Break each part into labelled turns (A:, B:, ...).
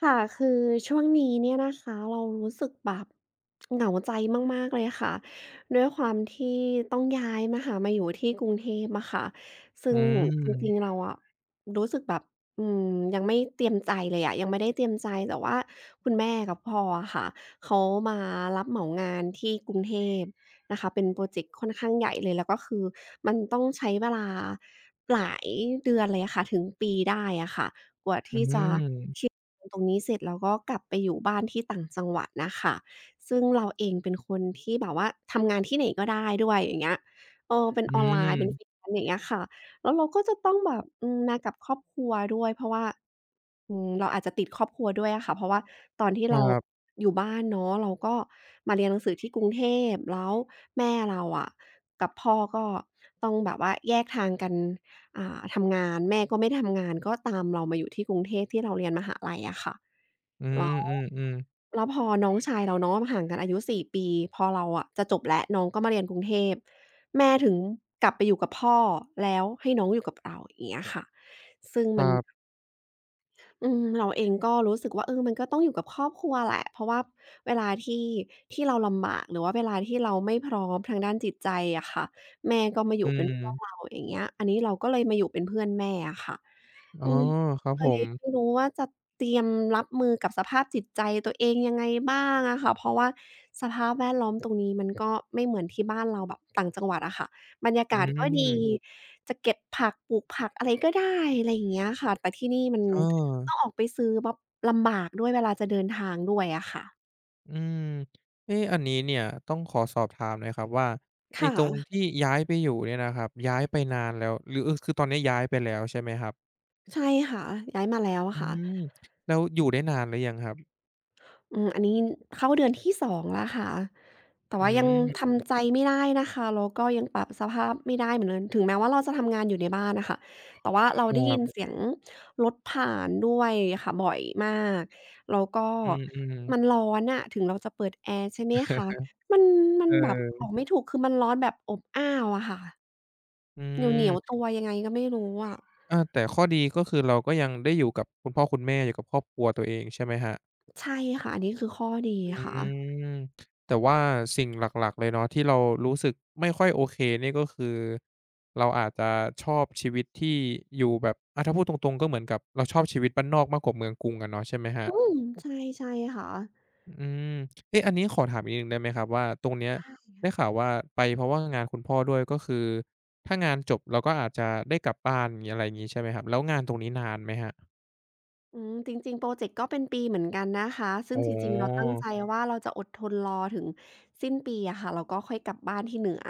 A: ค่ะคือช่วงนี้เนี่ยนะคะเรารู้สึกแบบเหงาใจมากๆเลยค่ะด้วยความที่ต้องย้ายมาหามาอยู่ที่กรุงเทพอะค่ะ
B: อื
A: ซึ่งจริงๆ
B: ม
A: เราอะรู้สึกแบบอืมยังไม่เตรียมใจเลยอะยังไม่ได้เตรียมใจแต่ว่าคุณแม่กับพ่ออะค่ะเขามารับเหมางานที่กรุงเทพนะคะเป็นพรอเจกต์ค่อนข้างใหญ่เลยแล้วก็คือมันต้องใช้เวลาหลายเดือนเลยอะค่ะถึงปีได้อะค่ะ กว่า
B: อื
A: ที่จะเคลี
B: ม
A: ยร์งานตรงนี้เสร็จเราก็กลับไปอยู่บ้านที่ต่างจังหวัดน่ะค่ะซึ่งเราเองเป็นคนที่แบบว่าทำงานที่ไหนก็ได้ด้วยอย่างเงี้ยเออเป็น
B: อื
A: ออนไลน์เป็น
B: ม
A: freelance อย่างเงี้ยค่ะแล้วเราก็จะต้องแบบมากับครอบครัวด้วยเพราะว่าเราอาจจะติดครอบครัวด้วยอะค่ะเพราะว่าตอนที่
B: ค
A: เรา
B: รับ
A: อยู่บ้านเนาะเราก็มาเรียนหนังสือที่กรุงเทพแล้วแม่เราอะกับพ่อก็ต้องแบบว่าแยกทางกัน อ่าทำงานแม่ก็ไม่ได้ทำงานก็ตามเรามาอยู่ที่กรุงเทพที่เราเรียนมหาลัยอะค่ะ
B: อื
A: แล้ว
B: มๆๆ
A: แล้วพอน้องชายเราเนาะห่างกันอายุ4ปีพอเราอะจะจบแล้วน้องก็มาเรียนกรุงเทพแม่ถึงกลับไปอยู่กับพ่อแล้วให้น้องอยู่กับเราอย่างเงี้ยค่ะซึ่ง
B: ค
A: มัน
B: รับ
A: เราเองก็รู้สึกว่าเออมันก็ต้องอยู่กับครอบครัวแหละเพราะว่าเวลาที่เราลำบากหรือว่าเวลาที่เราไม่พร้อมทางด้านจิตใจอะค่ะแม่ก็มาอ
B: อื
A: ยู่เป็นเพื่อนเรา
B: ม
A: อย่างเงี้ยอันนี้เราก็เลยมาอยู่เป็นเพื่อนแม่อะค่ะ
B: อ๋
A: อื
B: อ
A: ม
B: ครับ
A: เค
B: ผ
A: ย
B: ม
A: ไม่รู้ว่าจะเตรียมรับมือกับสภาพจิตใจตัวเองยังไงบ้างอะค่ะเพราะว่าสภาพแวดล้อมตรงนี้มันก็ไม่เหมือนที่บ้านเราแบบต่างจังหวัดอะค่ะบรรยา
B: อื
A: กาศก็ดี
B: ม
A: จะเก็บผักปลูกผักอะไรก็ได้อะไรอย่างเงี้ยค่ะแต่ที่นี่มัน
B: เออ
A: ต้องออกไปซื้อแบบลำบากด้วยเวลาจะเดินทางด้วยอะค่ะ
B: อืมเอ๊ะอันนี้เนี่ยต้องขอสอบถามหน่อยครับว่า
A: ค
B: ไอ้ตรง
A: ่ะ
B: ที่ย้ายไปอยู่เนี่ยนะครับย้ายไปนานแล้วหรือเออคือตอนนี้ย้ายไปแล้วใช่ไหมครับ
A: ใช่ค่ะย้ายมาแล้ว
B: อื
A: ค่ะ
B: มแล้วอยู่ได้นานหรือยังครับ
A: อืมอันนี้เข้าเดือนที่2แล้วค่ะแต่
B: อื
A: ว่ายัง
B: ม
A: ทำใจไม่ได้นะคะแล้วก็ยังปรับสภาพไม่ได้เหมือนเดิมถึงแม้ว่าเราจะทำงานอยู่ในบ้านน่ะค่ะแต่ว่าเรา
B: ค
A: ได้
B: รั
A: ยิน
B: บ
A: เสียงรถผ่านด้วยค่ะบ่อยมากแล้วก็
B: อืม
A: มัน
B: ๆ
A: ร้อนน่ะถึงเราจะเปิดแอร์ใช่ไหมคะมันมันแบบ
B: เออ
A: บอกไม่ถูกคือมันร้อนแบบอบอ้าวอะค่ะ
B: อื
A: เห
B: ม
A: นียวๆตัวยังไงก็ไม่รู้อะ
B: อาแต่ข้อดีก็คือเราก็ยังได้อยู่กับคุณพ่อคุณแม่อยู่กับครอบครัวตัวเองใช่ไหมครับ
A: ใช่ค่ะอันนี้คือข้อดี
B: อื
A: ค่ะ
B: มแต่ว่าสิ่งหลักๆเลยเนาะที่เรารู้สึกไม่ค่อยโอเคเนี่ยก็คือเราอาจจะชอบชีวิตที่อยู่แบบอะถ้าพูดตรงๆก็เหมือนกับเราชอบชีวิตบ้านนอกมากกว่าเมืองกรุงอะเนาะใช่ไหมครั
A: อื
B: บ
A: มใช่ใช่ค่ะ
B: อืมเอ๊ะอันนี้ขอถามอีกนิดหนึ่งได้ไหมครับว่าตรงเนี้ย
A: ได้
B: ได้ข่าวว่าไปเพราะว่างานคุณพ่อด้วยก็คือถ้างานจบเราก็อาจจะได้กลับบ้านงี้อะไรอย่างงี้ใช่ไหมครับแล้วงานตรงนี้นานไหมครับ
A: อืมจริงๆพรอเจกต์ก็เป็นปีเหมือนกันนะคะซึ่
B: อ๋อ
A: งจริงๆเราตั้งใจว่าเราจะอดทนรอถึงสิ้นปีอะค่ะแล้วก็ค่อยกลับบ้านที่เหนือ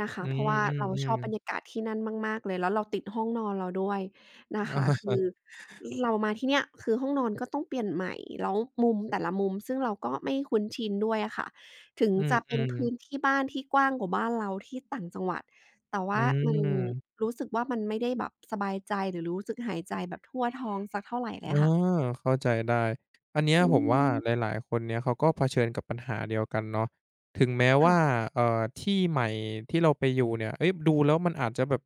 A: นะคะ
B: อื
A: เพราะว่าเราชอ
B: ม
A: บบ
B: ๆ
A: รรยา
B: ๆ
A: กาศที่นั่นมากๆเลยแล้วเราติดห้องนอนเราด้วยนะคะ
B: เอ
A: คือเรามาที่เนี่ยคือห้องนอนก็ต้องเปลี่ยนใหม่แล้วมุมแต่ละมุมซึ่งเราก็ไม่คุ้นชินด้วยอะค่ะถึง
B: ออ
A: จะ
B: ื
A: เป็น
B: ม
A: พื้น
B: ๆ
A: ที่บ้านที่กว้างกว่าบ้านเราที่ต่างจังหวัดแต่
B: อื
A: ว่ามัน
B: ม
A: รู้สึกว่ามันไม่ได้แบบสบายใจหรือรู้สึกหายใจแบบทั่วท้องสักเท่าไรเล
B: เอ
A: ยค่ะ
B: อเข้าใจได้ อันเนี้ย
A: อื
B: ผมว่า
A: ม
B: หลายๆคนเนี่ยเขาก็เผชิญกับปัญหาเดียวกันเนาะถึงแม้ว่า
A: ค่ะ
B: ที่ใหม่ที่เราไปอยู่เนี่ยเฮ้ยดูแล้วมันอาจจะแบบ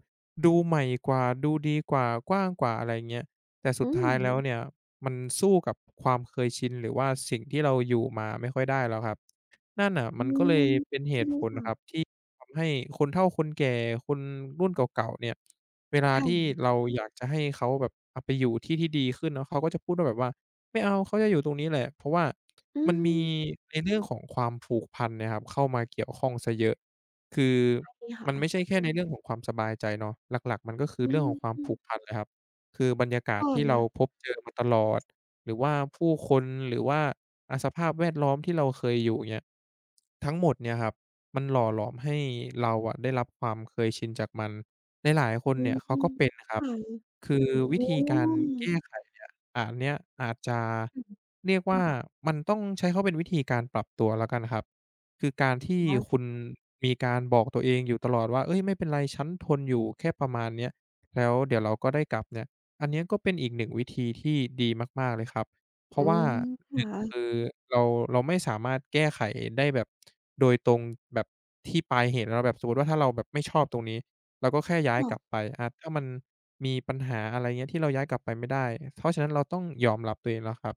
B: ดูใหม่กว่าดูดีกว่ากว้างกว่าอะไรเงี้ยแต่สุด
A: อื
B: ท้า
A: ม
B: ยแล้วเนี่ยมันสู้กับความเคยชินหรือว่าสิ่งที่เราอยู่มาไม่ค่อยได้แล้วครับนั่นน่ะ
A: อื
B: มันก็เลย
A: ม
B: เป็นเห
A: จริง
B: ตุผล
A: ค่ะ
B: ครับที่ทำให้คนเฒ่าคนแก่คนรุ่นเก่าๆเนี่ย เวลาที่
A: ค่ะ
B: เราอยากจะให้เขาแบบไปอยู่ที่ที่ดีขึ้นเนาะเขาก็จะพูดว่าแบบว่าไม่เอาเขาจะอยู่ตรงนี้แหละเพราะว่า
A: อื
B: มันมี
A: ม
B: ในเรื่องของความผูกพันเนี่ยครับเข้ามาเกี่ยวข้องเสียเยอะคือ
A: ใชค่ะ
B: มันไม่ใช่แค่ในเรื่องของความสบายใจเนาะหลักๆมันก็คือ
A: อื
B: เรื่องของความ
A: ม
B: ผูกพันเลยครับคือบรรยากาศ
A: ค่
B: ที่เรา
A: ะ
B: พบเจอมาตลอดหรือว่าผู้คนหรือว่าสภาพแวดล้อมที่เราเคยอยู่เงี้ยทั้งหมดเนี่ยครับมันหล่อหลอมให้เราอะได้รับความเคยชินจากมัน หลายๆคน
A: อื
B: เนี่
A: ม
B: ยเขาก็เป็นนะครับ
A: ค่ะ
B: คือวิ
A: โ
B: ธีการ
A: อ
B: แก้ไขเนี่ยอันเนี้ยอาจจะ
A: ถึง
B: เรียกว่ามันต้องใช้คำว่าเป็นวิธีการปรับตัวแล้วกันครับคือการที่คุ
A: ค่ะ
B: ณมีการบอกตัวเองอยู่ตลอดว่าเฮ้ยไม่เป็นไรฉันทนอยู่แค่ประมาณเนี้ยแล้วเดี๋ยวเราก็ได้กลับเนี่ยอันเนี้ยก็เป็นอีกหนึ่งวิธีที่ดีมากๆเลยครับเพ
A: อื
B: ราะว่า
A: มค
B: 1คื
A: ่ะ
B: อเราเราไม่สามารถแก้ไขได้แบบโดยตรงแบบที่ปลายเหตุแล้วแบบสมมุติว่าถ้าเราแบบไม่ชอบตรงนี้ เราก็แค่ย้าย
A: ค่ะ
B: กลับไปถ้ามันมีปัญหาอะไรเงี้ยที่เราย้ายกลับไปไม่ได้เพราะฉะนั้นเราต้องยอมรับตัวเองแล้วครับ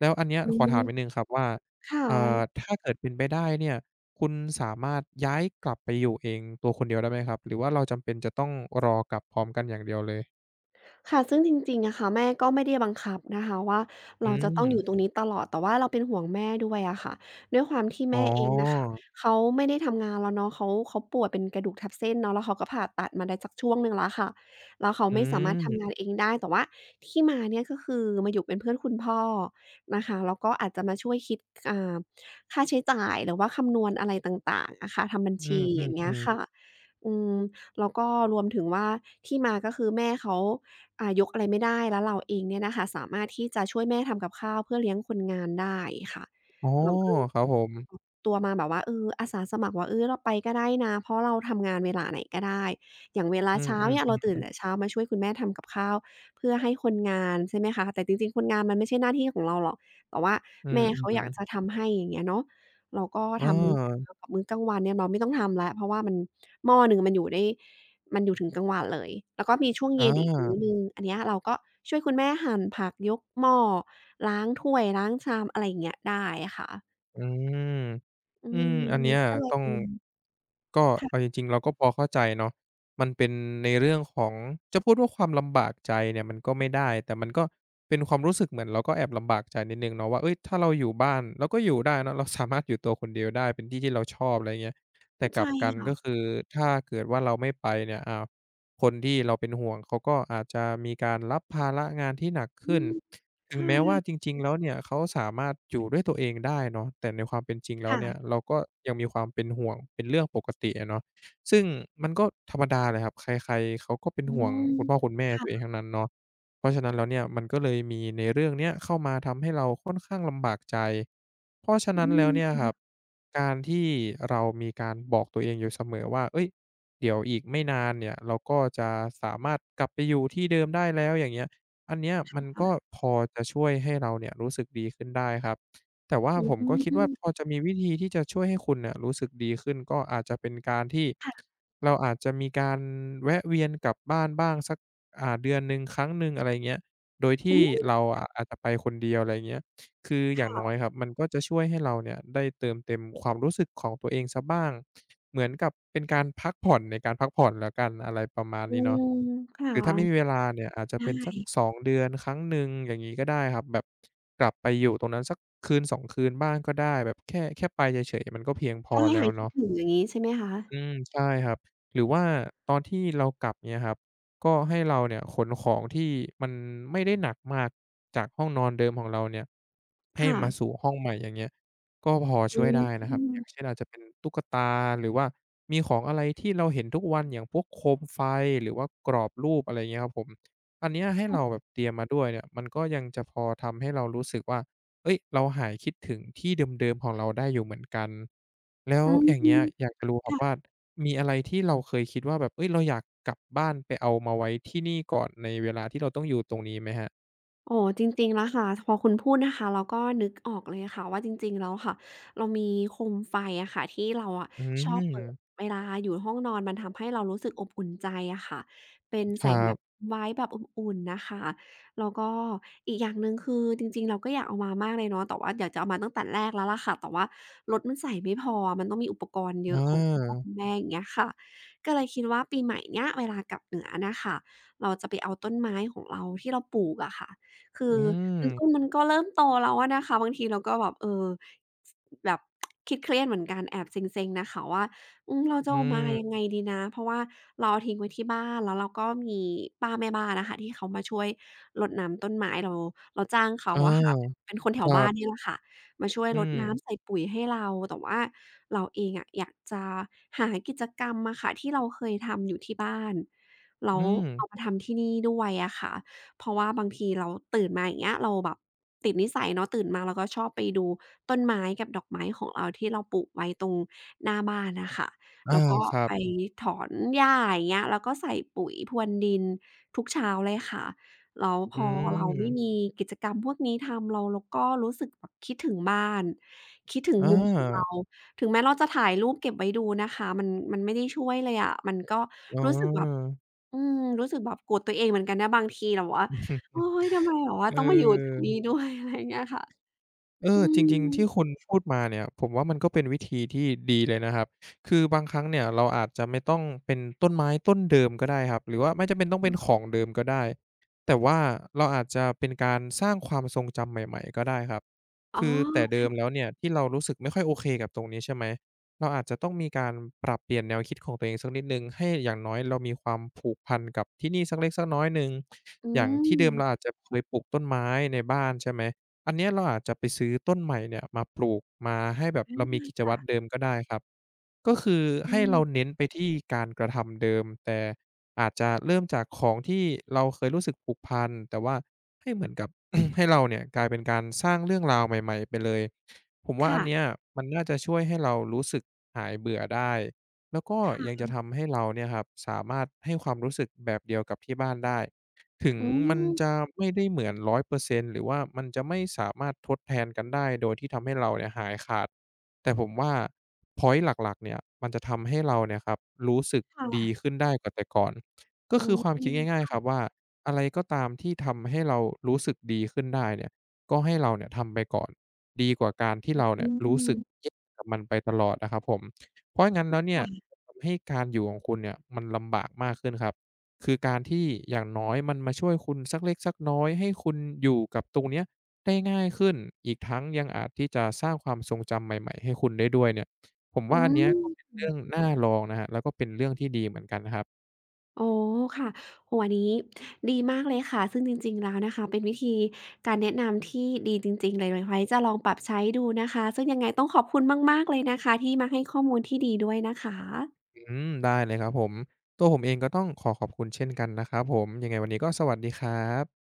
B: แล้วอันเนี้ย
A: อื
B: ขอถามนิดหนึ่
A: ม
B: งครับว่า
A: ค่
B: เอ่อ
A: ะ
B: ถ้าเกิดเป็นไปได้เนี่ยคุณสามารถย้ายกลับไปอยู่เองตัวคนเดียวได้ไหมครับ หรือว่าเราจำเป็นจะต้องรอกลับพร้อมกันอย่างเดียวเลย
A: ค่ะซึ่งจริงๆอะค่ะแม่ก็ไม่ได้บังคับนะคะว่า
B: อื
A: เราจะ
B: ม
A: ต้องอยู่ตรงนี้ตลอด แต่ว่าเราเป็นห่วงแม่ด้วยอะค่ะด้วยความที่
B: อ๋อ
A: แม่เองน่ะค่ะเขาไม่ได้ทำงานแล้วเนาะเขาป่วยเป็นกระดูกทับเส้นเนาะแล้วเขาก็ผ่าตัดมาได้สักช่วงหนึ่งแล้วค่ะแล้วเขา
B: อื
A: ไม่สามารถทำงาน
B: ม
A: เองได้ แต่ว่าที่มาเนี่ยก็คือมาอยู่เป็นเพื่อนคุณพ่อนะคะแล้วก็อาจจะมาช่วยคิดอ่าค่าใช้จ่ายหรือว่าคำนวณอะไรต่างๆอะค่ะทำบัญ
B: อื
A: ชีอย่างเงี้ย
B: มๆ
A: ค่ะ
B: ๆ
A: อืม แล้วก็รวมถึงว่าที่มาก็คือแม่เขายกอะไรไม่ได้แล้วเราเองเนี่ยนะคะสามารถที่จะช่วยแม่ทำกับข้าวเพื่อเลี้ยงคนงานได้ค่ะ
B: อ๋อ
A: เราก็เลย
B: ครับผม
A: ออกตัวมาแบบว่าอาสาสมัครว่าเราไปก็ได้นะเพราะเราทำงานเวลาไหนก็ได้อย่างเวลา
B: อื
A: เช้าอ
B: ม
A: เนี่ยเรา
B: ๆ
A: ตื่นแต่เช้ามาช่วยคุณแม่ทำกับข้าวเพื่อให้คนงานใช่ไหมคะแต่จริงๆคนงานมันไม่ใช่หน้าที่ของเราหรอกแต่ว่า
B: ๆอื
A: แม่เขาอยา
B: ม
A: กจะ
B: ๆ
A: ทำให้อย่างเงี้ยเนาะ เราก็
B: เ
A: ทำมื้อเช้า
B: ออ
A: กับมื้อกลางวันเนี่ยเราไม่ต้องทำแล้วเพราะว่ามันหม้อหนึ่งมันอยู่ได้มันอยู่ถึงกลางวันเลยแล้วก็มีช่วง
B: อา
A: เย็นอีกมื้อหนึ่งอันเนี้ยเราก็ช่วยคุณแม่หั่นผักยกหม้อล้างถ้วยล้างชามอะไรอย่างเงี้ยได้ค่ะ
B: อืม
A: อืม
B: อัน
A: มั
B: เนี้
A: น
B: ย
A: ก็เลย
B: ต้อง
A: เป็น
B: ก็เอา
A: ค่ะ
B: จริงๆเราก็พอเข้าใจเนาะมันเป็นในเรื่องของจะพูดว่าความลำบากใจเนี่ยมันก็ไม่ได้แต่มันก็เป็นความรู้สึกเหมือนเราก็แอบลำบากใจนิดหนึ่งเนาะว่าเฮ้ยถ้าเราอยู่บ้านเราก็อยู่ได้เนาะเราสามารถอยู่ตัวคนเดียวได้เป็นที่ที่เราชอบอะไรเงี้ยแต่กลั
A: ใช่
B: บกันก็
A: ค่ะ
B: คือถ้าเกิดว่าเราไม่ไปเนี่ยอ้าวคนที่เราเป็นห่วงเขาก็อาจจะมีการรับภาระงานที่หนัก
A: อื
B: ขึ้น
A: ม
B: ถึง
A: ใช่
B: แม้ว่าจริงๆแล้วเนี่ยเขาสามารถอยู่ด้วยตัวเองได้เนาะแต่ในความเป็นจริงแล้วเนี่ย
A: ค่ะ
B: เราก็ยังมีความเป็นห่วงเป็นเรื่องปกติอะเนาะซึ่งมันก็ธรรมดาแหละครับใครๆเขาก็เป็น
A: อื
B: ห่วง
A: ม
B: คุณพ่อคุณแม่ตั
A: ค่ะ
B: วเองทั้งนั้นเนาะเพราะฉะนั้นแล้วเนี่ยมันก็เลยมีในเรื่องเนี้ยเข้ามาทำให้เราค่อนข้างลำบากใจเพราะฉะ
A: อื
B: นั้นแล้
A: ม
B: วเนี่ย
A: จริ
B: ค
A: ง
B: รับการที่เรามีการบอกตัวเองอยู่เสมอว่าเฮ้ยเดี๋ยวอีกไม่นานเนี่ยเราก็จะสามารถกลับไปอยู่ที่เดิมได้แล้วอย่างเงี้ย อันเนี้ยมันก็
A: ค่ะ
B: พอจะช่วยให้เราเนี่ยรู้สึกดีขึ้นได้ครับแต่ว่า
A: อื
B: ผมก็คิดว่าพอ
A: ม
B: จะมีวิธีที่จะช่วยให้คุณเนี่ยรู้สึกดีขึ้นก็อาจจะเป็นการที่
A: ค่ะ
B: เราอาจจะมีการแวะเวียนกลับบ้านบ้างสักเดือนหนึ่งครั้งหนึ่งอะไรเงี้ยโดย
A: อื
B: ที่
A: ม
B: เราอาจจะไปคนเดียวอะไรเงี้ย คืออย่างน้อย
A: ค่ะ
B: ครับมันก็จะช่วยให้เราเนี่ยได้เติมเต็มความรู้สึกของตัวเองเสียบ้างเหมือนกับเป็นการพักผ่อนในการพักผ่อนแล้วกันอะไรประมาณ
A: อื
B: นี้
A: ม
B: เนาะ
A: ค
B: หรือถ้าไม่มี
A: ่ะ
B: เวลาเนี่ยอาจจะเป็นสัก
A: ได้
B: 2เดือนครั้งหนึ่งอย่างงี้ก็ได้ครับแบบกลับไปอยู่ตรงนั้นสักคืน2คืนบ้างก็ได้แบบแค่ไปเฉยๆมันก็เพียงพอ
A: แค่ให้
B: แล้ว
A: หายคิด
B: เนาะ
A: ถึงอย่างงี้ใช่ไหมคะ
B: อืมใช่ครับหรือว่าตอนที่เรากลับเนี้ยครับก็ให้เราเนี่ยขนของที่มันไม่ได้หนักมากจากห้องนอนเดิมของเราเนี่ยให้
A: ค่ะ
B: มาสู่ห้องใหม่อย่างเงี้ยก็พอ
A: อื
B: ช่วยได้
A: ม
B: นะครับอย่างเช่นอาจจะเป็นตุ๊กตาหรือว่ามีของอะไรที่เราเห็นทุกวันอย่างพวกโคมไฟหรือว่ากรอบรูปอะไรเงี้ยครับผมอันเนี้ยให้เรา
A: ค่ะ
B: แบบเตรียมมาด้วยเนี่ยมันก็ยังจะพอทำให้เรารู้สึกว่า เฮ้ยเราหายคิดถึงที่เดิมๆของเราได้อยู่เหมือนกันแล้ว
A: อื
B: อย่างเงี้ย
A: ม
B: อยากจะรู้ครับว่า
A: ค่ะ
B: มีอะไรที่เราเคยคิดว่าแบบเฮ้ยเราอยากกลับบ้านไปเอามาไว้ที่นี่ก่อนในเวลาที่เราต้องอยู่ตรงนี้ไหมครับ
A: อ๋อจริงๆแล้วค่ะพอคุณพูดนะคะเราก็นึกออกเลยค่ะว่าจริงๆแล้วค่ะเรามีโคมไฟอะค่ะที่เราอะ
B: อื
A: ชอบเปิด
B: ม
A: เวลาอยู่ห้องนอนมันทำให้เรารู้สึกอบอุ่นใจอะค่ะเป็น
B: ค
A: แส
B: รั
A: งแบบ
B: บ
A: ไว้แบบอุ่นๆนะคะแล้วก็อีกอย่างหนึ่งคือจริงๆเราก็อยากเอามามากเลยเนาะแต่ว่าอยากจะเอามาตั้งแต่แรกแล้วล่ะค่ะแต่ว่ารถมันใส่ไม่พอมันต้องมีอุปกรณ์เย
B: อ
A: อะของคุณพ่อคุณ
B: า
A: แม่อย่างเงี้ยค่ะก็เลยคิดว่าปีใหม่เนี้ยเวลากลับเหนือนะคะเราจะไปเอาต้นไม้ของเราที่เราปลูกอะค่ะ คื
B: อื
A: อมันต้น
B: ม
A: มันก็เริ่มโตแล้วอะนะคะบางทีเราก็แบบแบบคิดเครียดเหมือนกันแอบเซ็งๆนะคะว่าเราจะ
B: อื
A: เอามา
B: ม
A: ยังไงดีนะเพราะว่าเราเอาทิ้งไว้ที่บ้านแล้วเราก็มีป้าแม่บ้านอะค่ะที่เขามาช่วยรดน้ำต้นไม้เราเราจ้างเขา
B: อ
A: อะค่ะเป็น
B: า
A: เป็นคนแถ
B: ค
A: ว
B: รั
A: บ้าน
B: บ
A: เนี่ยแหละค่ะมาช่วยร
B: อื
A: ด
B: ม
A: น้ำใส่ปุ๋ยให้เราแต่ว่าเราเองอะอยากจะหากิจกรรมอะค่ะที่เราเคยทำอยู่ที่บ้านแล้ว
B: อืม
A: เอามาทำที่นี่ด้วยอะค่ะ เพราะว่าบางทีเราตื่นมาอย่างเงี้ยเราแบบติดนิสัยเนาะตื่นมาเราก็ชอบไปดูต้นไม้กับดอกไม้ของเราที่เราปลูกไว้ตรงหน้าบ้านน่ะค่ะ
B: อา
A: แล้วก็
B: ครับ
A: ไปถอนหญ้าอย่างเงี้ยแล้วก็ใส่ปุ๋ยพรวนดินทุกเช้าเลยค่ะแล้วพ
B: อื
A: อเราไม่มี
B: ม
A: กิจกรรมพวกนี้ทำเราก็รู้สึกแบบคิดถึงบ้านคิดถึง
B: อ
A: มุมของเรา
B: า
A: ถึงแม้เราจะถ่ายรูปเก็บไว้ดูนะคะมันไม่ได้ช่วยเลยอะมันก็
B: อ๋
A: รู้สึกแบบ
B: อ
A: รู้สึกแบบโกรธตัวเองเหมือนกันนะบางทีแบบว่า โอ๊ ยทำไมแบบว่า
B: เ
A: ต้องมาอยู่จุดนี้
B: ออ
A: ด้วย อะไรอย่างเงี้ยค่ะ
B: เอ
A: อื
B: อจ
A: ม
B: ริงๆที่คุณพูดมาเนี่ยผมว่ามันก็เป็นวิธีที่ดีเลยนะครับคือบางครั้งเนี่ยเราอาจจะไม่ต้องเป็นต้นไม้ต้นเดิมก็ได้ครับหรือว่าไม่จำเป็นต้องเป็นของเดิมก็ได้แต่ว่าเราอาจจะเป็นการสร้างความทรงจำใหม่ๆก็ได้ครับ
A: อ๋อ
B: คือแต่เดิมแล้วเนี่ยที่เรารู้สึกไม่ค่อยโอเคกับตรงนี้ใช่ไหมเราอาจจะต้องมีการปรับเปลี่ยนแนวคิดของตัวเองสักนิดหนึ่งให้อย่างน้อยเรามีความผูกพันกับที่นี่สักเล็กสักน้อยหนึ่ง
A: อื
B: อย่าง
A: ม
B: ที่เดิมเราอาจจะเคยปลูกต้นไม้ในบ้านใช่ไหม อันเนี้ยเราอาจจะไปซื้อต้นใหม่เนี่ยมาปลูกมาให้แบบ
A: อา
B: เรามีกิจวั
A: ค่ะ
B: ตรเดิมก็ได้ครับก็คือ
A: อื
B: ให้เรา
A: ม
B: เน้นไปที่การกระทำเดิมแต่อาจจะเริ่มจากของที่เราเคยรู้สึกผูกพันแต่ว่าให้เหมือนกับ ให้เราเนี่ยกลายเป็นการสร้างเรื่องราวใหม่ๆไปเลยผมว่าอัน
A: ค่ะ
B: เนี้ยมันน่าจะช่วยให้เรารู้สึกหายเบื่อได้แล้วก็
A: ค่
B: ยังจะ
A: ะ
B: ทำให้เราเนี่ยครับสามารถให้ความรู้สึกแบบเดียวกับที่บ้านได้ ถึง
A: อื
B: มันจะ
A: ม
B: ไม่ได้เหมือน100%หรือว่ามันจะไม่สามารถทดแทนกันได้โดยที่ทำให้เราเนี่ยหายขาดแต่ผมว่าพ็อยนต์หลักๆเนี่ยมันจะทำให้เราเนี่ยครับรู้สึก
A: ค่ะ
B: ดีขึ้นได้กว่าแต่ก่อนก็
A: อ๋
B: คือความคิด
A: อ
B: ง่ายๆครับว่าอะไรก็ตามที่ทำให้เรารู้สึกดีขึ้นได้เนี่ยก็ให้เราเนี่ยทำไปก่อนดีกว่าการที่เราเนี่
A: อื
B: ยรู้สึก
A: ม
B: แย่กับมันไปตลอดอะครับผมเพราะงั้นแล้วเนี่ย
A: ค่ะ
B: จะทำให้การอยู่ของคุณเนี่ยมันลำบากมากขึ้นครับ คือการที่อย่างน้อยมันมาช่วยคุณสักเล็กสักน้อยให้คุณอยู่กับตรงเนี้ยได้ง่ายขึ้นอีกทั้งยังอาจที่จะสร้างความทรงจำใหม่ๆให้คุณได้ด้วยเนี่ยผม
A: อื
B: ว่าอันเนี้ยก็เป็น
A: ม
B: เรื่องน่าลองนะครับแล้วก็เป็นเรื่องที่ดีเหมือนกันนะครับ
A: อ๋อค่ะโอ้โฮอันนี้ดีมากเลยค่ะซึ่งจริงๆแล้วนะคะเป็นวิธีการแนะนำที่ดีจริงๆเลยไว้จะลองปรับใช้ดูนะคะซึ่งยังไงต้องขอบคุณมากๆเลยนะคะที่มาให้ข้อมูลที่ดีด้วยนะคะ
B: อืมได้เลยครับผมตัวผมเองก็ต้องขอขอบคุณเช่นกันนะครับผมยังไงวันนี้ก็สวัสดีครับ